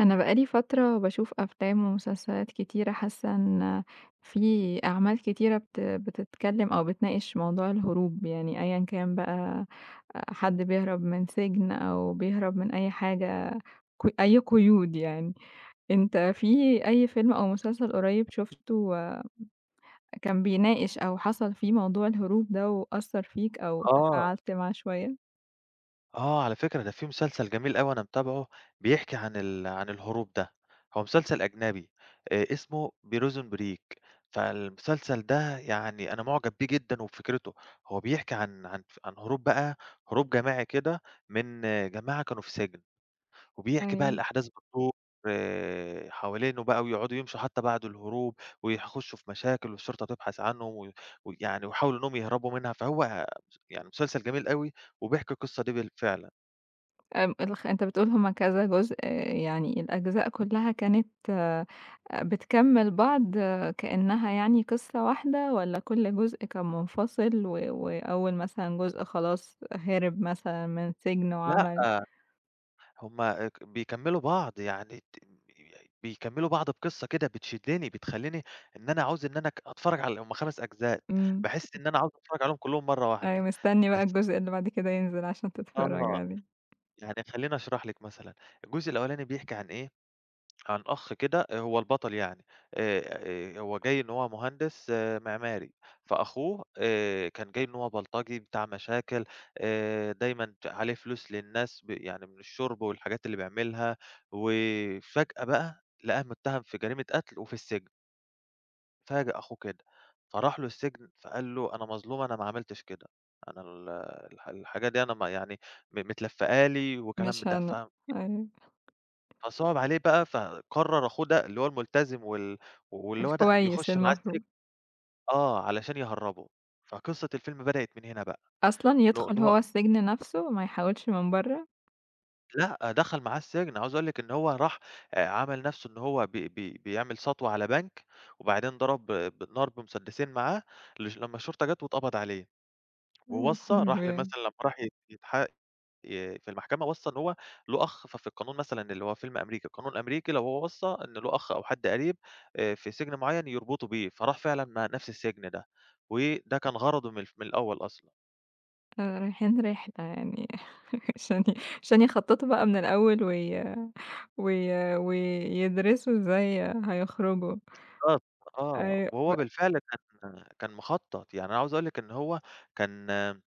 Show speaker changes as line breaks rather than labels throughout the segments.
أنا بقى لي فترة باشوف أفلام ومسلسلات كتيرة، حاسة إن في أعمال كتيرة بتتكلم أو بتناقش موضوع الهروب، يعني أيًا كان بقى حد بيهرب من سجن أو بيهرب من أي حاجة أي قيود يعني. أنت في أي فيلم أو مسلسل قريب شُفته كان بيناقش أو حصل فيه موضوع الهروب ده وأثّر فيك أو
آه،
تفاعلت معاه شوية؟
على فكرة ده في مسلسل جميل أوي أنا متابعه، بيحكي عن ال عن الهروب ده. هو مسلسل أجنبي، اسمه Prison Break. فالمسلسل ده يعني أنا مُعجب بيه جدًا وبفكرته. هو بيحكي عن عن ف عن هروب بقى، هروب جماعي كده من جماعة كانوا في سجن. وبيحكي بقى
أيوه.
الأحداث بتدور حوالينه بقى، ويقعدوا يمشوا حتى بعد الهروب، ويخشوا في مشاكل والشرطة تبحث عنهم و ويحاولوا إنهم يهربوا منها. فهو يعني مسلسل جميل أوي، وبيحكي القصة دي فعلًا.
آمم الخ أنت بتقول هُم كذا جزء، يعني الأجزاء كلّها كانت بتكمّل بعض، كإنّها يعني قصّة واحدة والّا كل جزء كان منفصل وأول مثلًا جزء خلاص هرب مثلًا من السجن وعمل.
لأ، هُم بيكمّلوا بعض، يعني ت بيكمّلوا بعض بقصة كده بتشدّني، بتخلّيني إن أنا عاوز إن أنا أتفرّج على هُم 5 أجزاء،
إمم.
باحس إن أنا عاوز أتفرّج عليهم كلّهم مرّة واحدة.
أيوه مستنّي
بس
بقى الجزء اللي بعد كده ينزل عشان تتفرّج
آه،
عليه.
يعني خلّيني أشرح لِك مثلًا، الجزء الأولاني بيحكي عن إيه، عن أخ كده، هو البطل يعني. آآ، هو جاي إن هو مهندس معماري، فأخوه كان جاي إن هو بلطجي بتاع مشاكل، دايمًا عليه فلوس للناس يعني من الشُرب والحاجات اللي بيعملها، وفجأة بقى لقاه متهم في جريمة قتل وفي السجن. فاجأ أخوه كده، فراح له السجن فقال له: "أنا مظلوم، أنا ما عملتش كده، أنا ال الح الحاجة دي أنا ما يعني م متلفقة لي" وكلام من
مش
ده.
هن أيوه.
فصَعَب عليه بقى، فقرّر أخوه ده اللي هو الملتزم واللي هو ده
الكويس
يخُش معاه السجن
المفروض.
علشان يهرّبه. فقصة الفيلم بدأت من هنا بقى،
أصلًا
إن هو إن
يدخُل
هو
هو السجن نَفْسه ما يحاولش من برّه؟
لأ، دخل معاه السجن. عاوز أقول لِك إن هو راح، عمل نَفْسه إن هو بي بي بيعمل سطوة على بنك، وبعدين ضرب بالنار بمسدسين معاه، لمّا الشرطة جات واتقبض عليه.
يا
ووصّى،
نهار
راح
أبيض!
مثلًا لمّا راح يت يتح ي في المحكمة وَصّى إن هو له أخ، ففي القانون مثلًا، اللي هو فيلم أمريكي، القانون الأمريكي لو هو وَصّى إن له أخ أو حد قريب في سجن معيّن يربطه بيه، فراح فعلًا ما نفس السجن ده، وده كان غرضه من الف من الأول أصلًا.
رايحين رحلة يعني. عشان ي عشان يخططوا بقى من الأول وي وي ويدرسوا إزاي هيخرجوا.
بالضبط.
أيوه
وهو بالفعل كان مخطط. يعني أنا عاوز أقول لِك إن هو كان،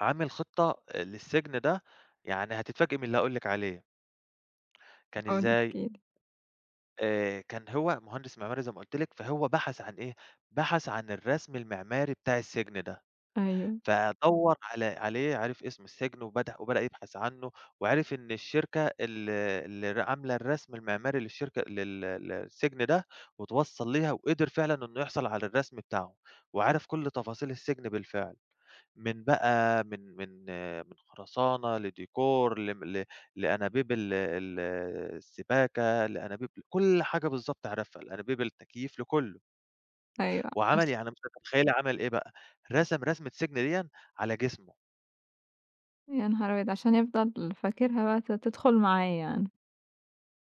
عامل خطة للسجن ده، يعني هتتفاجئي من اللي هاقول لِك عليه، كان إزاي؟
احكِ لي.
كان هو مهندس معماري زي ما قُلت لِك، فهو بحث عن إيه، بحث عن الرسم المعماري بتاع السجن ده.
أيوه،
فدوّر عليه، عرف اسم السجن وبدأ يبحث عنه، وعرف إن الشركة اللي عاملة الرسم المعماري للشركة لل للسجن ده، واتوصّل ليها وقدر فعلًا إنه يحصل على الرسم بتاعه، وعرف كل تفاصيل السجن بالفعل، من بقى من خرسانة لديكور لم ل لأنابيب ال ال السباكة، لأنابيب كل حاجة بالضبط عرفها، لأنابيب التكييف، لكُلّه.
أيوه
وعمل، يعني مش هتتخيّلي عمل إيه بقى، رسم رسمة سجن ديًا على جسمه.
يا نهار أبيض! عشان يفضل فاكرها بقى تدخل معاه يعني.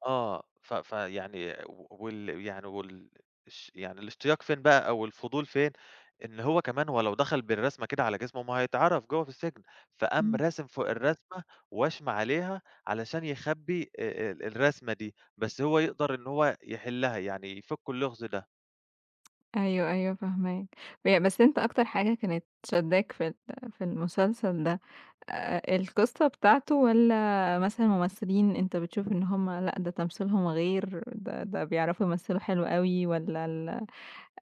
آه، ف فيعني و وال يعني وال الش يعني الاشتياق فين بقى أو الفضول فين، إن هو كمان، هو لو دخل بالرسمة كده على جسمه ما هيتعرف جوّه في السجن، فقام
إمم.
راسم فوق الرسمة وشْم عليها علشان يخبّي ال الرسمة دي، بس هو يقدر إن هو يحلّها، يعني يفُك اللغز ده.
أيوه، أيوه فاهماك. بس أنت أكتر حاجة كانت شدّاك في المسلسل ده، القصة بتاعته والّا مثلًا ممثلين أنت بتشوف إن هُم لأ، ده تمثيلهم غير، ده بيعرفوا يمثلوا حلو أوي، والّا ال آه،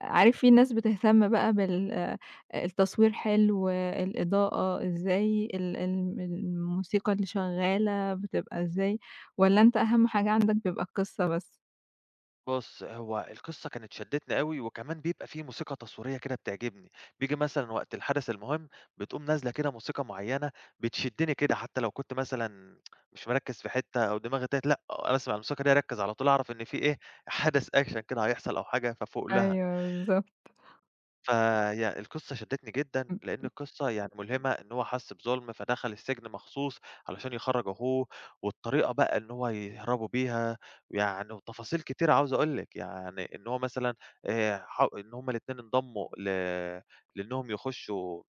عارف في ناس بتهتم بقى بال آه، التصوير حلو، الإضاءة إزاي، ال ال الموسيقى اللي شغّالة بتبقى إزاي، والّا أنت أهم حاجة عندك بيبقى القصة بس؟
بُص، هو القصة كانت شدّتني أوي، وكمان بيبقى في موسيقى تصويرية كده بتعجبني. بييجي مثلًا وقت الحدث المهم، بتقوم نازلة كده موسيقى معيّنة بتشدّني كده، حتى لو كنت مثلًا مش مركّز في حتّة أو دماغي تاهت، لأ، أسمع الموسيقى دي أركّز على طول، أعرف إن في إيه، حدث أكشن كده هيحصل أو حاجة فافوق لها.
أيوه بالضبط.
فهي القصة شدّتني جدًا،
إمم،
لإن القصة يعني ملهمة، إن هو حَس بظُلم فدخل السجن مخصوص علشان يخرّج أخوه، والطريقة بقى إن هو يهربوا بيها. ويعني وتفاصيل كتيرة عاوز أقول لِك، يعني إن هو مثلًا ح إن هُم الاتنين انضموا لإنّهم يخشّوا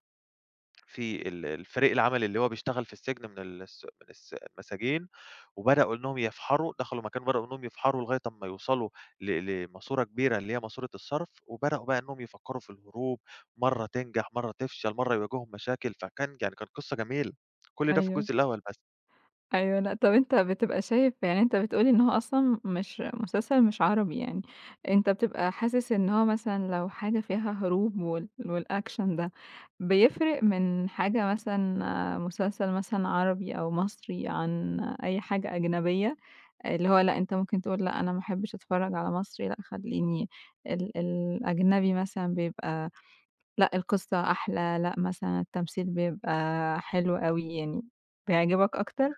في الفريق العمل اللي هو بيشتغل في السجن من الس من الس المساجين، وبدأوا إنهم يفحروا، دخلوا مكان وبدأوا إنهم يفحروا لغاية أمّا يوصلوا لماسورة كبيرة اللي هي ماسورة الصرف، وبدأوا بقى إنهم يفكّروا في الهروب. مرّة تنجح، مرّة تفشل، مرّة يواجههم مشاكل، فكان يعني كانت قصة جميلة. كل ده في
أيوه.
الجزء الأول بس.
أيوه، لأ، طب أنت بتبقى شايف، يعني أنت بتقول لي إن هو أصلًا مش مسلسل مش عربي يعني، أنت بتبقى حاسس إن هو مثلًا لو حاجة فيها هروب والأكشن ده، بيفرق من حاجة مثلًا، مسلسل مثلًا عربي أو مصري عن أي حاجة أجنبية؟ اللي هو لأ، أنت ممكن تقول لأ، أنا ما احبش أتفرّج على مصري، لأ، خلّيني الأجنبي مثلًا بيبقى، لأ، القصة أحلى، لأ، مثلًا التمثيل بيبقى حلو أوي يعني، بيعجبك أكتر؟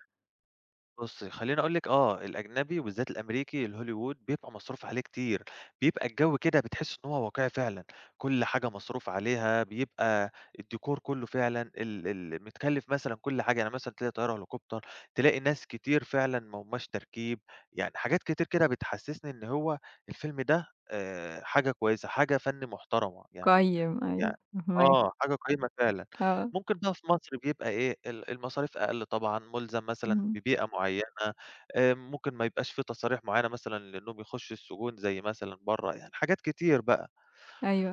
بُصّي، خلّيني أقول لِك، الأجنبي وبالذات الأمريكي الhollywood بيبقى مصروف عليه كتير، بيبقى الجو كده بتحسّي إن هو واقعي فعلًا، كل حاجة مصروف عليها. بيبقى الديكور كُلّه فعلًا ال ال متكلّف، مثلًا كل حاجة، يعني مثلًا تلاقي طيارة هليكوبتر، تلاقي ناس كتير فعلًا ما هماش تركيب. يعني حاجات كتير كده بتحسّسني إن هو الفيلم ده، حاجة كويسة، حاجة فَن محترمة، يعني
قيّم،
يع
أيوه، فاهماك.
آه، حاجة قيمة فعلًا.
آه،
ممكن بقى في مصر بيبقى إيه، المصاريف أقل طبعًا، مُلزم مثلًا
اهم،
ببيئة معيّنة، ممكن ما يبقاش في تصاريح معيّنة مثلًا لإنهم يخشوا السجون زي مثلًا برّه. يعني حاجات كتير بقى.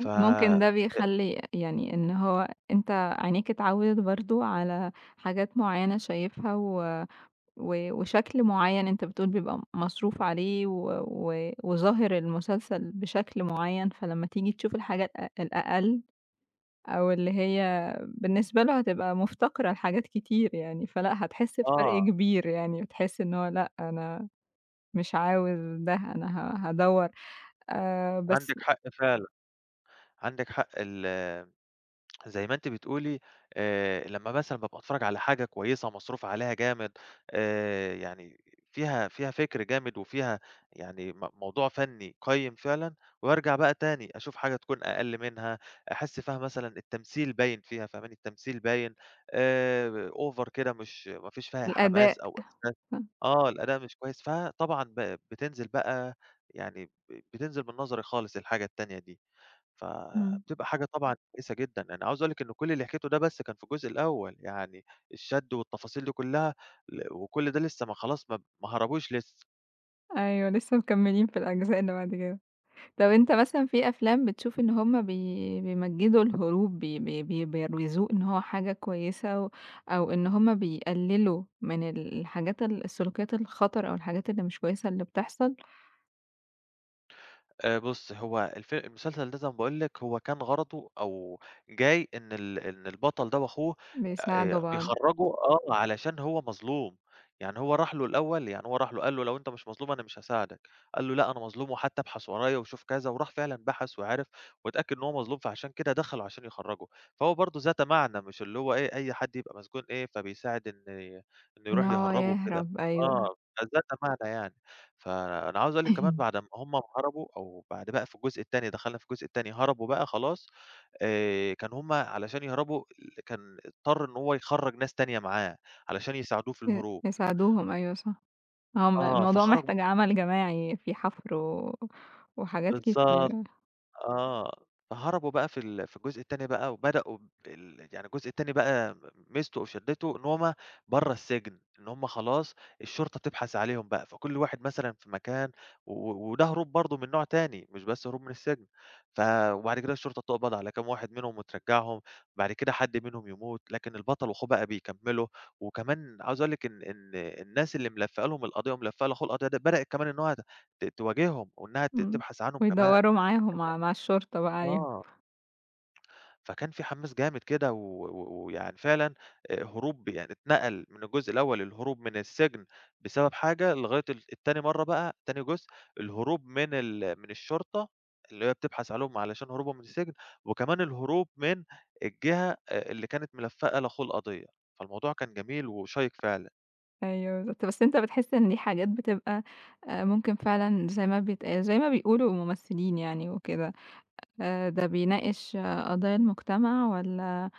ف
ممكن ده بيخلّي يعني إن هو أنت عينيك اتعوّدت برضه على حاجات معيّنة شايفها، و و وشكل معيّن أنت بتقول بيبقى مصروف عليه، و و وظاهر المسلسل بشكل معيّن، فلمّا تيجي تشوف الحاجة الأقل أو اللي هي بالنسبة له هتبقى مفتقرة لحاجات كتير يعني، فلأ هتحس بفرق
آه،
كبير يعني، بتحس إن هو لأ أنا مش عاوز ده، أنا هادوّر، بس.
عندِك حق فعلًا، عندِك حق. زي ما أنتِ بتقولي، لمّا مثلًا بابقى أتفرّج على حاجة كويسة مصروف عليها جامد، يعني فيها فِكر جامد وفيها يعني موضوع فني قيّم فعلًا، وارجع بقى تاني أشوف حاجة تكون أقل منها، أحس فيها مثلًا التمثيل باين، فيها فاهماني، التمثيل باين over كده، مش ما فيش فيها حماس
الأداء.
أو إحساس، الأداء مش كويس. فطبعًا ب بتنزل بقى يعني ب بتنزل من نظري خالص الحاجة التانية دي.
إمم.
فبتبقى حاجة طبعًا كويسة جدًا. أنا عاوز أقول لِك إن كل اللي حكيته ده بس كان في الجزء الأول، يعني الشد والتفاصيل دي كلها، وكل ده لسه، ما خلاص ما هربوش لسه.
أيوه لسه مكمّلين في الأجزاء اللي بعد كده. طب أنت مثلًا في أفلام بتشوف إن هم بيمجّدوا الهروب، بي بي بي بيروجوه إن هو حاجة كويسة، و أو إن هم بيقللوا من الحاجات السلوكيات الخطر أو الحاجات اللي مش كويسة اللي بتحصل.
بُص، هو المسلسل ده زي ما باقول لِك هو كان غرضه أو جاي إن إن البطل ده وأخوه
بيساعدوا بعض.
بيخرّجوا، علشان هو مظلوم. يعني هو راح له الأول، يعني هو راح له قال له: "لو أنت مش مظلوم أنا مش هاساعدك." قال له: "لأ، أنا مظلوم، وحتى ابحث ورايا وشوف كذا." وراح فعلًا بحث وعرف واتأكد إن هو مظلوم، فعشان كده دخله عشان يخرّجه. فهو برضه ذات معنى، مش اللي هو إيه، أي حد يبقى مسجون إيه، فبيساعد إنه
إن
يروح
هو
يهرّبه وكده.
يهرب، أيوه.
آه، ذات معنى يعني. فأنا عاوز أقول لِك كمان بعد ما هم هربوا، أو بعد بقى في الجزء التاني، دخلنا في الجزء التاني، هربوا بقى خلاص. كان هم علشان يهربوا كان اضطر إن هو يخرّج ناس تانية معاه علشان يساعدوه في الهروب.
يساعدوهم، أيوه صح. هو م
آه،
الموضوع
فخرج
محتاج عمل جماعي في حفر و وحاجات
بالضبط.
كتيرة.
فهربوا بقى في ال في الجزء التاني بقى، وبدأوا يعني الجزء التاني بقى ميزته أو شدّته إن هُم برّه السجن، إن هُم خلاص الشرطة بتبحث عليهم بقى، فكل واحد مثلًا في مكان، وده هروب برضه من نوع تاني، مش بس هروب من السجن. ف وبعد كده الشرطة بتقبض على كام واحد منهم وترجّعهم، بعد كده حد منهم يموت، لكن البطل وأخوه بقى بيكمّلوا. وكمان عاوز أقول لِك إن الناس اللي ملفّقة لهم القضية وملفّقة لأخوه القضية ده بدأت كمان إن هو تواجههم، وإنها
إمم،
تبحث عنهم كمان.
ويدوّروا معاهم مع الشرطة بقى عليهم.
آه. فكان في حماس جامد كده و و ويعني فعلًا هروب، يعني اتنقل من الجزء الأول الهروب من السجن بسبب حاجة، لغاية التاني، مرّة بقى تاني جزء الهروب من ال من الشرطة اللي هي بتبحث عليهم علشان هروبهم من السجن، وكمان الهروب من الجهة اللي كانت ملفّقة لأخوه القضية. فالموضوع كان جميل وشيّق فعلًا.
أيوه بالضبط، بس أنت بتحس إن دي حاجات بتبقى، ممكن فعلًا زي ما بيقولوا الممثلين يعني وكده، ده بيناقش، قضايا المجتمع، والّا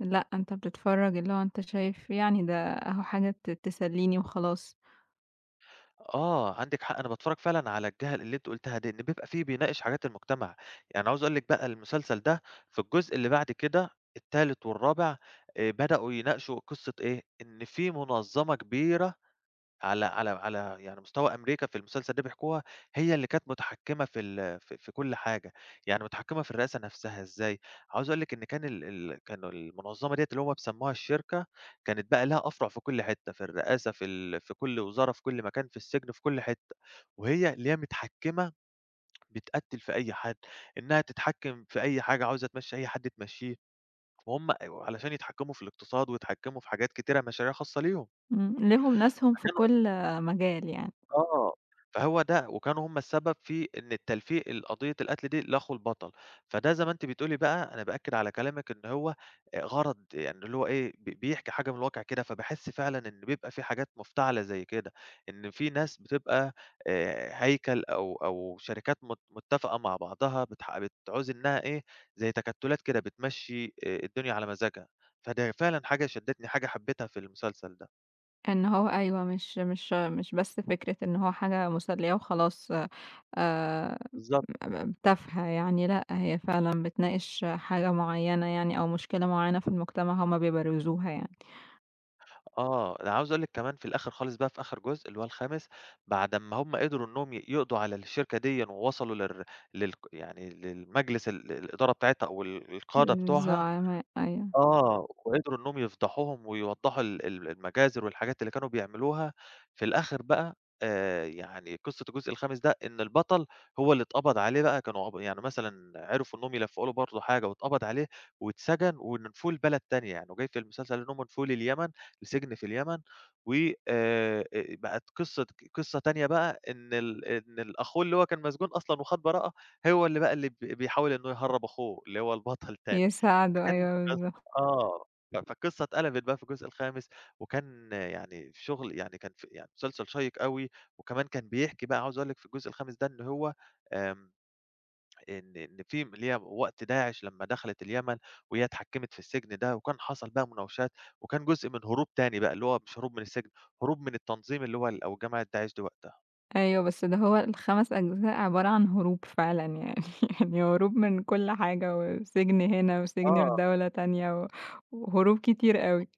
لأ، أنت بتتفرج، اللي هو أنت شايف يعني ده أهو حاجة تسليني وخلاص.
عندِك حق. أنا باتفرّج فعلًا على الجهة اللي أنتِ قُلتيها دي، إن بيبقى في بيناقش حاجات المجتمع. يعني عاوز أقول لِك بقى المسلسل ده في الجزء اللي بعد كده، التالت والرابع، بدأوا يناقشوا قصة إيه، إن في منظمة كبيرة على يعني مستوى أمريكا في المسلسل ده بيحكوها، هي اللي كانت متحكمة في ال في في كل حاجة. يعني متحكمة في الرئاسة نفسها إزاي. عاوز أقول لِك إن كان ال ال كانوا المنظمة ديّة اللي هُم بيسموها الشركة، كانت بقى لها أفرع في كل حتة، في الرئاسة في ال في كل وزارة، في كل مكان، في السجن، في كل حتة، وهي اللي هي متحكمة، بتقتّل في أي حد، إنها تتحكم في أي حاجة، عاوزة تمشّي أي حد تمشّيه. وهُم علشان يتحكموا في الاقتصاد ويتحكموا في حاجات كتيرة، مشاريع خاصة ليهم.
إمم، ليهم ناسهم في
فكانوا
كل مجال يعني.
آه، فهو ده، وكانوا هم السبب في إن التلفيق، قضية القتل دي لأخو البطل. فده زي ما أنتِ بتقولي بقى، أنا بأكد على كلامِك إن هو غرض، يعني اللي هو إيه، بيحكي حاجة من الواقع كده. فباحس فعلًا إن بيبقى في حاجات مفتعلة زي كده، إن في ناس بتبقى هيكل أو شركات متفقة مع بعضها بتعوز إنها إيه، زي تكتلات كده بتمشّي الدنيا على مزاجها. فده فعلًا حاجة شدّتني، حاجة حبيتها في المسلسل ده.
إن هو أيوه، مش مش مش بس فكرة إن هو حاجة مسلية وخلاص، آآ
بالضبط.
م تافهة يعني، لأ هي فعلًا بتناقش حاجة معيّنة يعني أو مشكلة معيّنة في المجتمع هُم بيبرزوها يعني.
أنا عاوز أقول لِك كمان في الآخر خالص بقى، في آخر جزء اللي هو الخامس، بعد أمّا هُم قدروا إنّهم يقضوا على الشركة ديًا، ووصلوا للر للق يعني للمجلس الإدارة بتاعتها أو القادة بتوعها.
الزعماء، أيوه.
وقدروا إنّهم يفضحوهم ويوضّحوا ال ال المجازر والحاجات اللي كانوا بيعملوها. في الآخر بقى، يعني قصة الجزء الخامس ده إن البطل هو اللي اتقبض عليه بقى، كانوا عب يعني مثلًا عرفوا إنّهم يلفّقوا له برضه حاجة، واتقبض عليه واتسجن ونفوه لبلد تانية. يعني وجاي في المسلسل إنّهم نفوه لليمن، لسجن في اليمن. و بقت قصة، قصة تانية بقى، إن ال إن الأخوه اللي هو كان مسجون أصلًا وخَد براءة، هو اللي بقى اللي بيحاول إنه يهرّب أخوه اللي هو البطل تاني.
يساعدوا،
فكان
أيوه بالضبط.
آه، ف فالقصة اتقلبت بقى في الجزء الخامس. وكان، يعني شغل، يعني كان يعني مسلسل شيّق أوي. وكمان كان بيحكي بقى، عاوز أقول لِك في الجزء الخامس ده إن هو آمم، إن في اللي هي وقت داعش لمّا دخلت اليمن، وهي اتحكمت في السجن ده، وكان حصل بقى مناوشات. وكان جزء من هروب تاني بقى، اللي هو مش هروب من السجن، هروب من التنظيم اللي هو أو جماعة داعش دي وقتها.
أيوه، بس ده هو الـ5 أجزاء عبارة عن هروب فعلًا يعني. يعني هروب من كل حاجة، وسجن هنا وسجن في
آه.
دولة تانية، وهروب كتير أوي.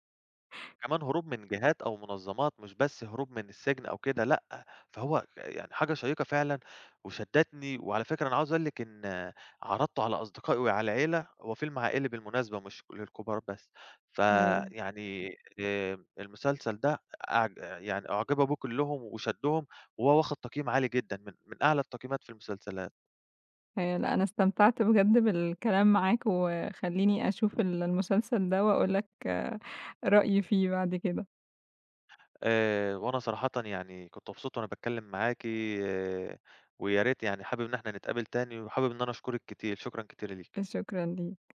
كمان هروب من جهات أو منظمات، مش بس هروب من السجن أو كده، لأ. فهو يعني حاجة شيّقة فعلًا وشدّتني. وعلى فكرة أنا عاوز أقول لِك إن عرضته على أصدقائي وعلى العيلة، هو فيلم عائلي بالمناسبة، مش للكبار بس.
أيوه.
فيعني المسلسل ده يعني أُعجب بيه كلّهم وشدّهم، وهو واخد تقييم عالي جدًا، من أعلى التقييمات في المسلسلات.
لأ، أنا استمتعت بجد بالكلام معاك، وخلّيني أشوف المسلسل ده وأقول لك رأيي فيه بعد كده.
وأنا صراحةً يعني كنت مبسوط وأنا باتكلم معاكِ. ويا ريت يعني، حابب إن إحنا نتقابل تاني، وحابب إن أنا أشكرِك كتير. شكرًا كتير ليكِ.
شكرًا ليك.